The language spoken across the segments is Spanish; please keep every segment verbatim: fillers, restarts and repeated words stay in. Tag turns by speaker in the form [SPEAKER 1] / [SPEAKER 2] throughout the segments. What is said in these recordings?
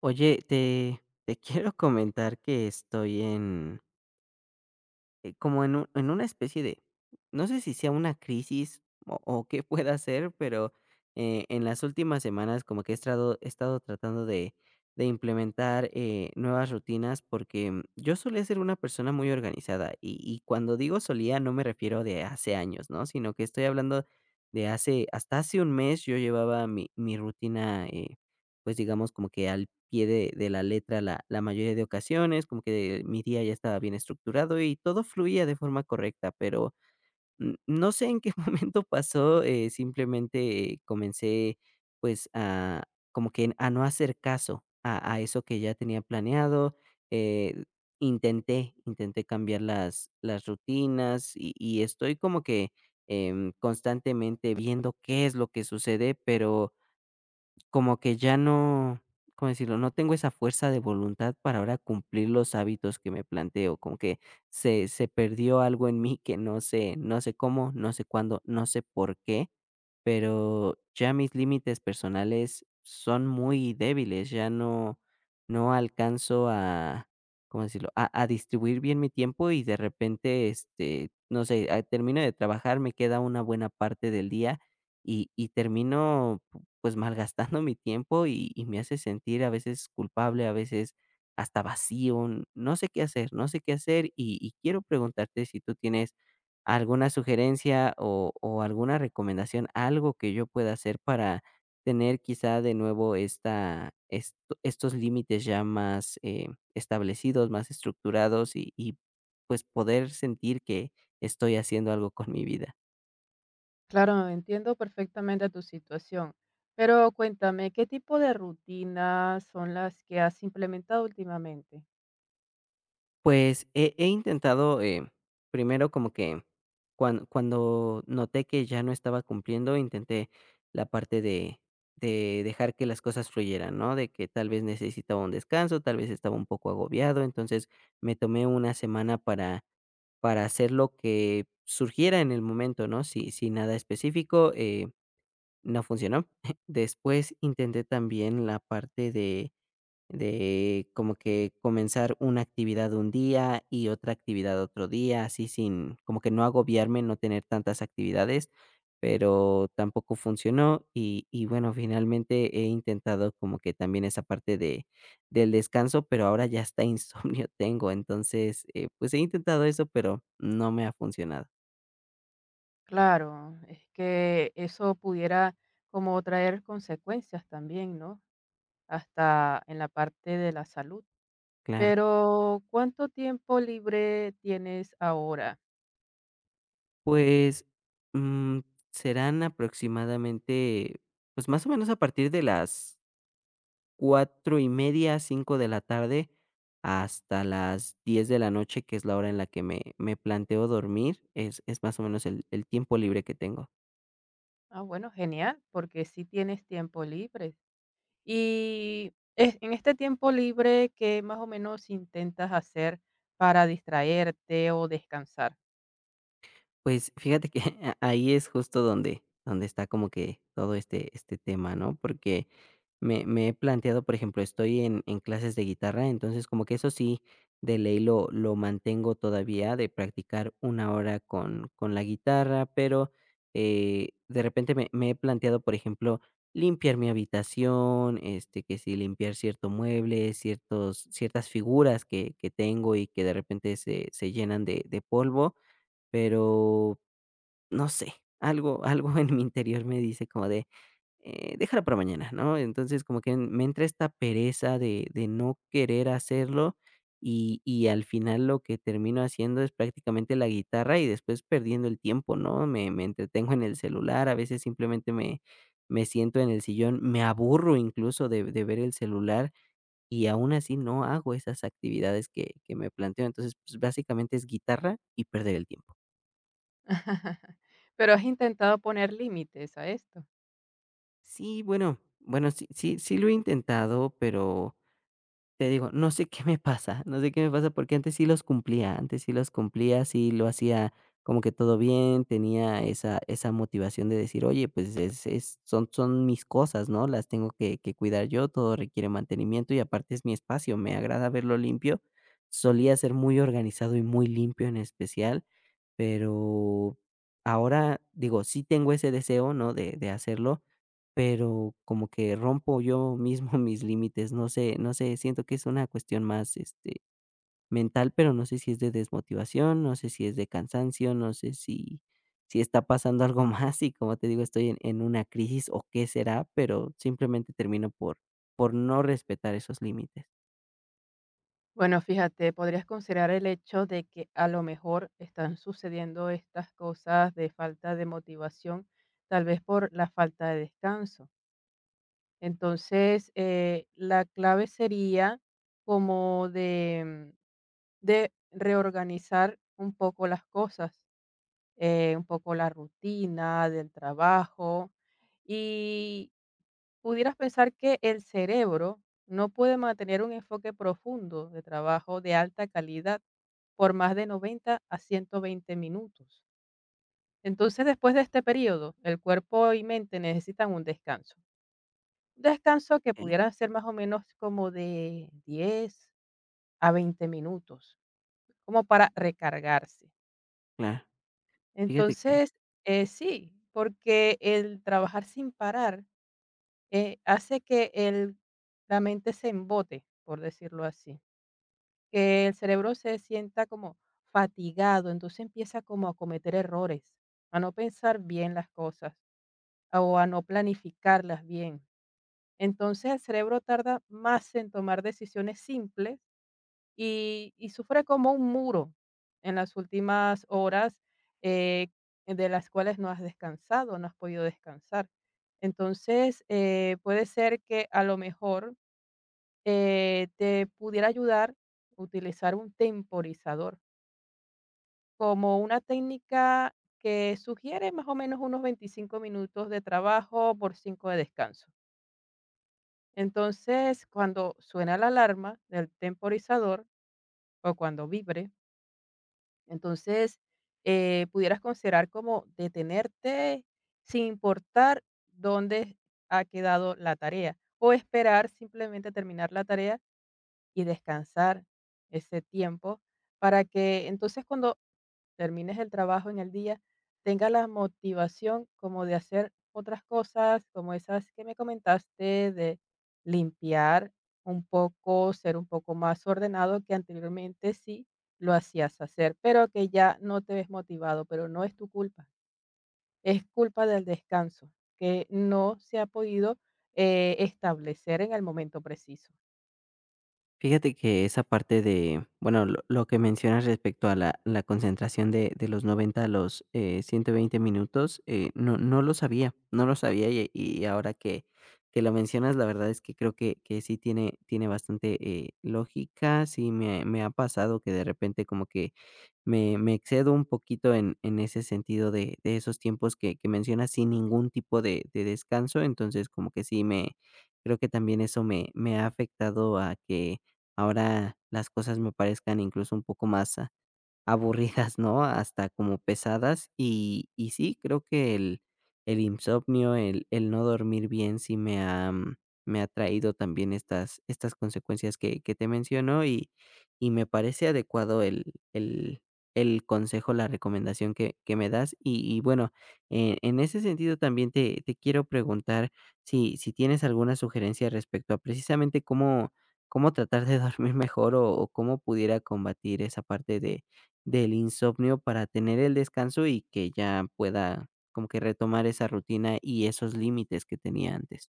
[SPEAKER 1] Oye, te, te quiero comentar que estoy en, eh, como en, un- en una especie de, no sé si sea una crisis o, o qué pueda ser, pero eh, en las últimas semanas como que he estado, he estado tratando de, de implementar eh, nuevas rutinas porque mm, yo solía ser una persona muy organizada y, y cuando digo solía no me refiero de hace años, ¿no? Sino que estoy hablando de hace, hasta hace un mes yo llevaba mi, mi rutina, eh, pues digamos como que al pie de de la letra la la mayoría de ocasiones, como que mi día ya estaba bien estructurado y todo fluía de forma correcta, pero n no sé en qué momento pasó. Eh, simplemente eh, comencé, pues, a como que a no hacer caso a a eso que ya tenía planeado. Eh, intenté intenté cambiar las las rutinas y y estoy como que em, constantemente viendo qué es lo que sucede, pero como que ya no, ¿cómo decirlo? No tengo esa fuerza de voluntad para ahora cumplir los hábitos que me planteo, como que se se perdió algo en mí, que no sé no sé cómo, no sé cuándo, no sé por qué, pero ya mis límites personales son muy débiles, ya no no alcanzo a, ¿cómo decirlo? A a distribuir bien mi tiempo. Y de repente, este, no sé, ah, termino de trabajar, me queda una buena parte del día y y termino pues malgastando mi tiempo, y, y me hace sentir a veces culpable, a veces hasta vacío. n- No sé qué hacer, no sé qué hacer, y, y quiero preguntarte si tú tienes alguna sugerencia, o, o alguna recomendación, algo que yo pueda hacer para tener quizá de nuevo esta, esto- estos límites ya más eh, establecidos, más estructurados, y, y pues poder sentir que estoy haciendo algo con mi vida.
[SPEAKER 2] Claro, entiendo perfectamente tu situación, pero cuéntame, ¿qué tipo de rutinas son las que has implementado últimamente?
[SPEAKER 1] Pues, he he intentado, eh, primero como que cuan cuando noté que ya no estaba cumpliendo, intenté la parte de de dejar que las cosas fluyeran, ¿no? De que tal vez necesitaba un descanso, tal vez estaba un poco agobiado, entonces me tomé una semana para para hacer lo que surgiera en el momento, ¿no? Si si nada específico, eh, no funcionó. Después intenté también la parte de de como que comenzar una actividad un día y otra actividad otro día, así sin, como que no agobiarme, no tener tantas actividades, pero tampoco funcionó. Y, y bueno, finalmente he intentado como que también esa parte de, del descanso, pero ahora ya hasta insomnio tengo. Entonces, eh, pues he intentado eso, pero no me ha funcionado.
[SPEAKER 2] Claro, es que eso pudiera como traer consecuencias también, ¿no? Hasta en la parte de la salud.
[SPEAKER 1] Claro.
[SPEAKER 2] Pero, ¿cuánto tiempo libre tienes ahora?
[SPEAKER 1] Pues mm, serán aproximadamente, pues más o menos a partir de las cuatro y media a cinco de la tarde, hasta las diez de la noche, que es la hora en la que me me planteo dormir, es es más o menos el el tiempo libre que tengo.
[SPEAKER 2] Ah, bueno, genial, porque sí tienes tiempo libre. Y es en este tiempo libre, ¿qué más o menos intentas hacer para distraerte o descansar?
[SPEAKER 1] Pues, fíjate que ahí es justo donde donde está como que todo este este tema, ¿no? Porque me me he planteado, por ejemplo, estoy en en clases de guitarra, entonces como que eso sí, de ley lo lo mantengo todavía, de practicar una hora con con la guitarra, pero eh, de repente me me he planteado, por ejemplo, limpiar mi habitación, este, que si limpiar cierto mueble, ciertos ciertas figuras que que tengo y que de repente se se llenan de de polvo, pero no sé, algo algo en mi interior me dice como de, eh, déjala para mañana, ¿no? Entonces, como que me entra esta pereza de de no querer hacerlo, y y al final lo que termino haciendo es prácticamente la guitarra y después perdiendo el tiempo, ¿no? Me me entretengo en el celular, a veces simplemente me me siento en el sillón, me aburro incluso de de ver el celular, y aún así no hago esas actividades que que me planteo. Entonces, pues, básicamente es guitarra y perder el tiempo.
[SPEAKER 2] ¿Pero has intentado poner límites a esto?
[SPEAKER 1] Sí, bueno, bueno, sí sí sí lo he intentado, pero te digo, no sé qué me pasa, no sé qué me pasa, porque antes sí los cumplía, antes sí los cumplía, sí lo hacía como que todo bien, tenía esa esa motivación de decir: "Oye, pues es es son son mis cosas, ¿no? Las tengo que que cuidar yo, todo requiere mantenimiento y aparte es mi espacio, me agrada verlo limpio". Solía ser muy organizado y muy limpio en especial, pero ahora, digo, sí tengo ese deseo, ¿no?, de de hacerlo, pero como que rompo yo mismo mis límites, no sé no sé, siento que es una cuestión más, este, mental, pero no sé si es de desmotivación, no sé si es de cansancio, no sé si si está pasando algo más, y como te digo, estoy en en una crisis o qué será, pero simplemente termino por por no respetar esos límites.
[SPEAKER 2] Bueno, fíjate, podrías considerar el hecho de que a lo mejor están sucediendo estas cosas de falta de motivación, tal vez por la falta de descanso. Entonces, eh, la clave sería como de, de reorganizar un poco las cosas, eh, un poco la rutina del trabajo, y pudieras pensar que el cerebro no puede mantener un enfoque profundo de trabajo de alta calidad por más de noventa a ciento veinte minutos. Entonces, después de este periodo, el cuerpo y mente necesitan un descanso. Un descanso que
[SPEAKER 1] Okey,
[SPEAKER 2] pudiera ser más o menos como de diez a veinte minutos, como para recargarse.
[SPEAKER 1] claro. Fíjate que
[SPEAKER 2] Entonces, eh, sí, porque el trabajar sin parar, eh, hace que el la mente se embote, por decirlo así, que el cerebro se sienta como fatigado, entonces empieza como a cometer errores, a no pensar bien las cosas, a- o a no planificarlas bien. Entonces, el cerebro tarda más en tomar decisiones simples y y sufre como un muro en las últimas horas, eh, de las cuales no has descansado, no has podido descansar. Entonces, eh, puede ser que a lo mejor, eh, te pudiera ayudar utilizar un temporizador, como una técnica que sugiere más o menos unos veinticinco minutos de trabajo por cinco de descanso. Entonces, cuando suena la alarma del temporizador o cuando vibre. Entonces, eh, pudieras considerar como detenerte sin importar dónde ha quedado la tarea, o esperar simplemente terminar la tarea y descansar ese tiempo, para que entonces cuando termines el trabajo en el día, tenga la motivación como de hacer otras cosas, como esas que me comentaste, de limpiar un poco, ser un poco más ordenado que anteriormente sí lo hacías hacer, pero que ya no te ves motivado. Pero no es tu culpa, es culpa del descanso, que no se ha podido eh, establecer en el momento preciso.
[SPEAKER 1] Fíjate que esa parte de, bueno, lo, lo que mencionas respecto a la, la concentración de, de los noventa a los eh, ciento veinte minutos, eh, no, no lo sabía, no lo sabía, y, y ahora que, que lo mencionas, la verdad es que creo que, que sí tiene, tiene bastante eh, lógica, sí me, me ha pasado que de repente como que me, me excedo un poquito en, en ese sentido de, de esos tiempos que, que mencionas sin ningún tipo de, de descanso, entonces como que sí me, creo que también eso me, me ha afectado a que ahora las cosas me parezcan incluso un poco más aburridas, ¿no? Hasta como pesadas. Y y sí, creo que el el insomnio, el el no dormir bien sí me ha mm, me ha traído también estas estas consecuencias que que te menciono, y y me parece adecuado el el el consejo, la recomendación que que me das. Y y bueno, eh, en ese sentido también te te quiero preguntar si si tienes alguna sugerencia respecto a precisamente cómo cómo tratar de dormir mejor, o o cómo pudiera combatir esa parte de del insomnio para tener el descanso y que ya pueda como que retomar esa rutina y esos límites que tenía antes.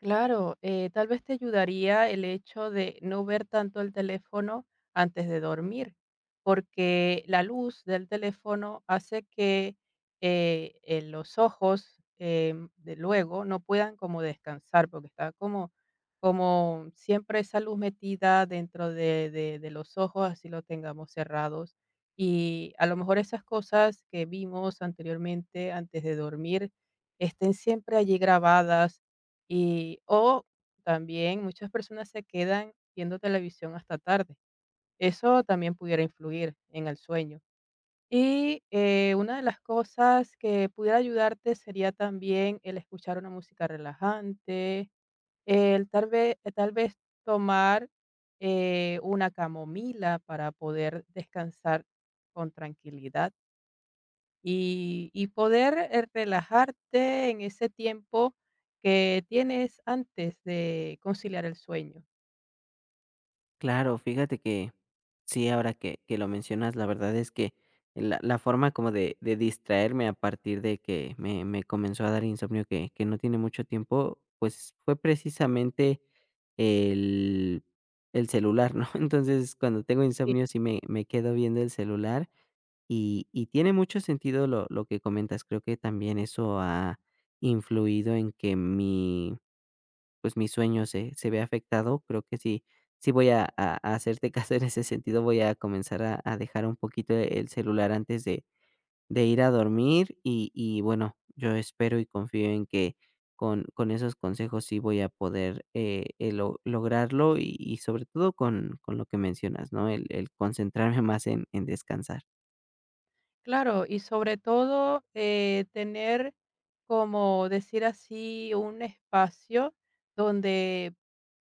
[SPEAKER 2] Claro, eh, tal vez te ayudaría el hecho de no ver tanto el teléfono antes de dormir, porque la luz del teléfono hace que, eh, eh, los ojos em, de luego no puedan como descansar, porque está como, como siempre esa luz metida dentro de, de de los ojos, así lo tengamos cerrados. Y a lo mejor esas cosas que vimos anteriormente antes de dormir estén siempre allí grabadas, y o también muchas personas se quedan viendo televisión hasta tarde. Eso también pudiera influir en el sueño. Y, eh, una de las cosas que pudiera ayudarte sería también el escuchar una música relajante, el tal vez tal vez tomar, eh, una camomila para poder descansar con tranquilidad y y poder, eh, relajarte en ese tiempo que tienes antes de conciliar el sueño.
[SPEAKER 1] Claro, fíjate que sí, ahora que, que lo mencionas, la verdad es que la, la forma como de, de distraerme a partir de que me, me comenzó a dar insomnio, que, que no tiene mucho tiempo, pues fue precisamente el, el celular, ¿no? Entonces, cuando tengo
[SPEAKER 2] Sí.
[SPEAKER 1] insomnio, sí me, me quedo viendo el celular. Y y tiene mucho sentido lo lo que comentas. Creo que también eso ha influido en que mi, pues, mi sueño se se vea afectado. Creo que sí sí voy a a a hacerte caso en ese sentido. Voy a comenzar a a dejar un poquito e, el celular antes de de ir a dormir. Y y bueno, yo espero y confío en que con con esos consejos sí voy a poder, eh eh, lo lograrlo, y y sobre todo con con lo que mencionas, ¿no? El el concentrarme más en en descansar.
[SPEAKER 2] Claro, y sobre todo, eh, tener, como decir así, un espacio donde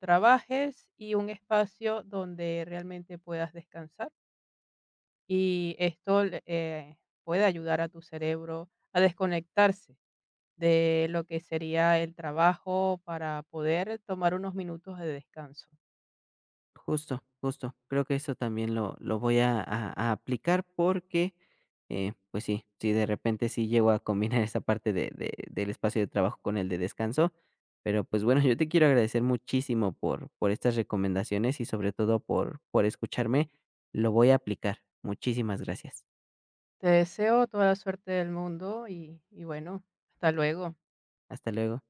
[SPEAKER 2] trabajes y un espacio donde realmente puedas descansar, y esto le eh, puede ayudar a tu cerebro a desconectarse de lo que sería el trabajo, para poder tomar unos minutos de descanso.
[SPEAKER 1] Justo, justo. Creo que eso también lo, lo voy a, a- a aplicar porque, eh, pues sí, si de repente sí llego a combinar esa parte de, de- del espacio de trabajo con el de descanso. Pero pues bueno, yo te quiero agradecer muchísimo por, por estas recomendaciones y sobre todo por, por escucharme. Lo voy a aplicar. Muchísimas gracias.
[SPEAKER 2] Te deseo toda la suerte del mundo y, y bueno, hasta luego.
[SPEAKER 1] Hasta luego.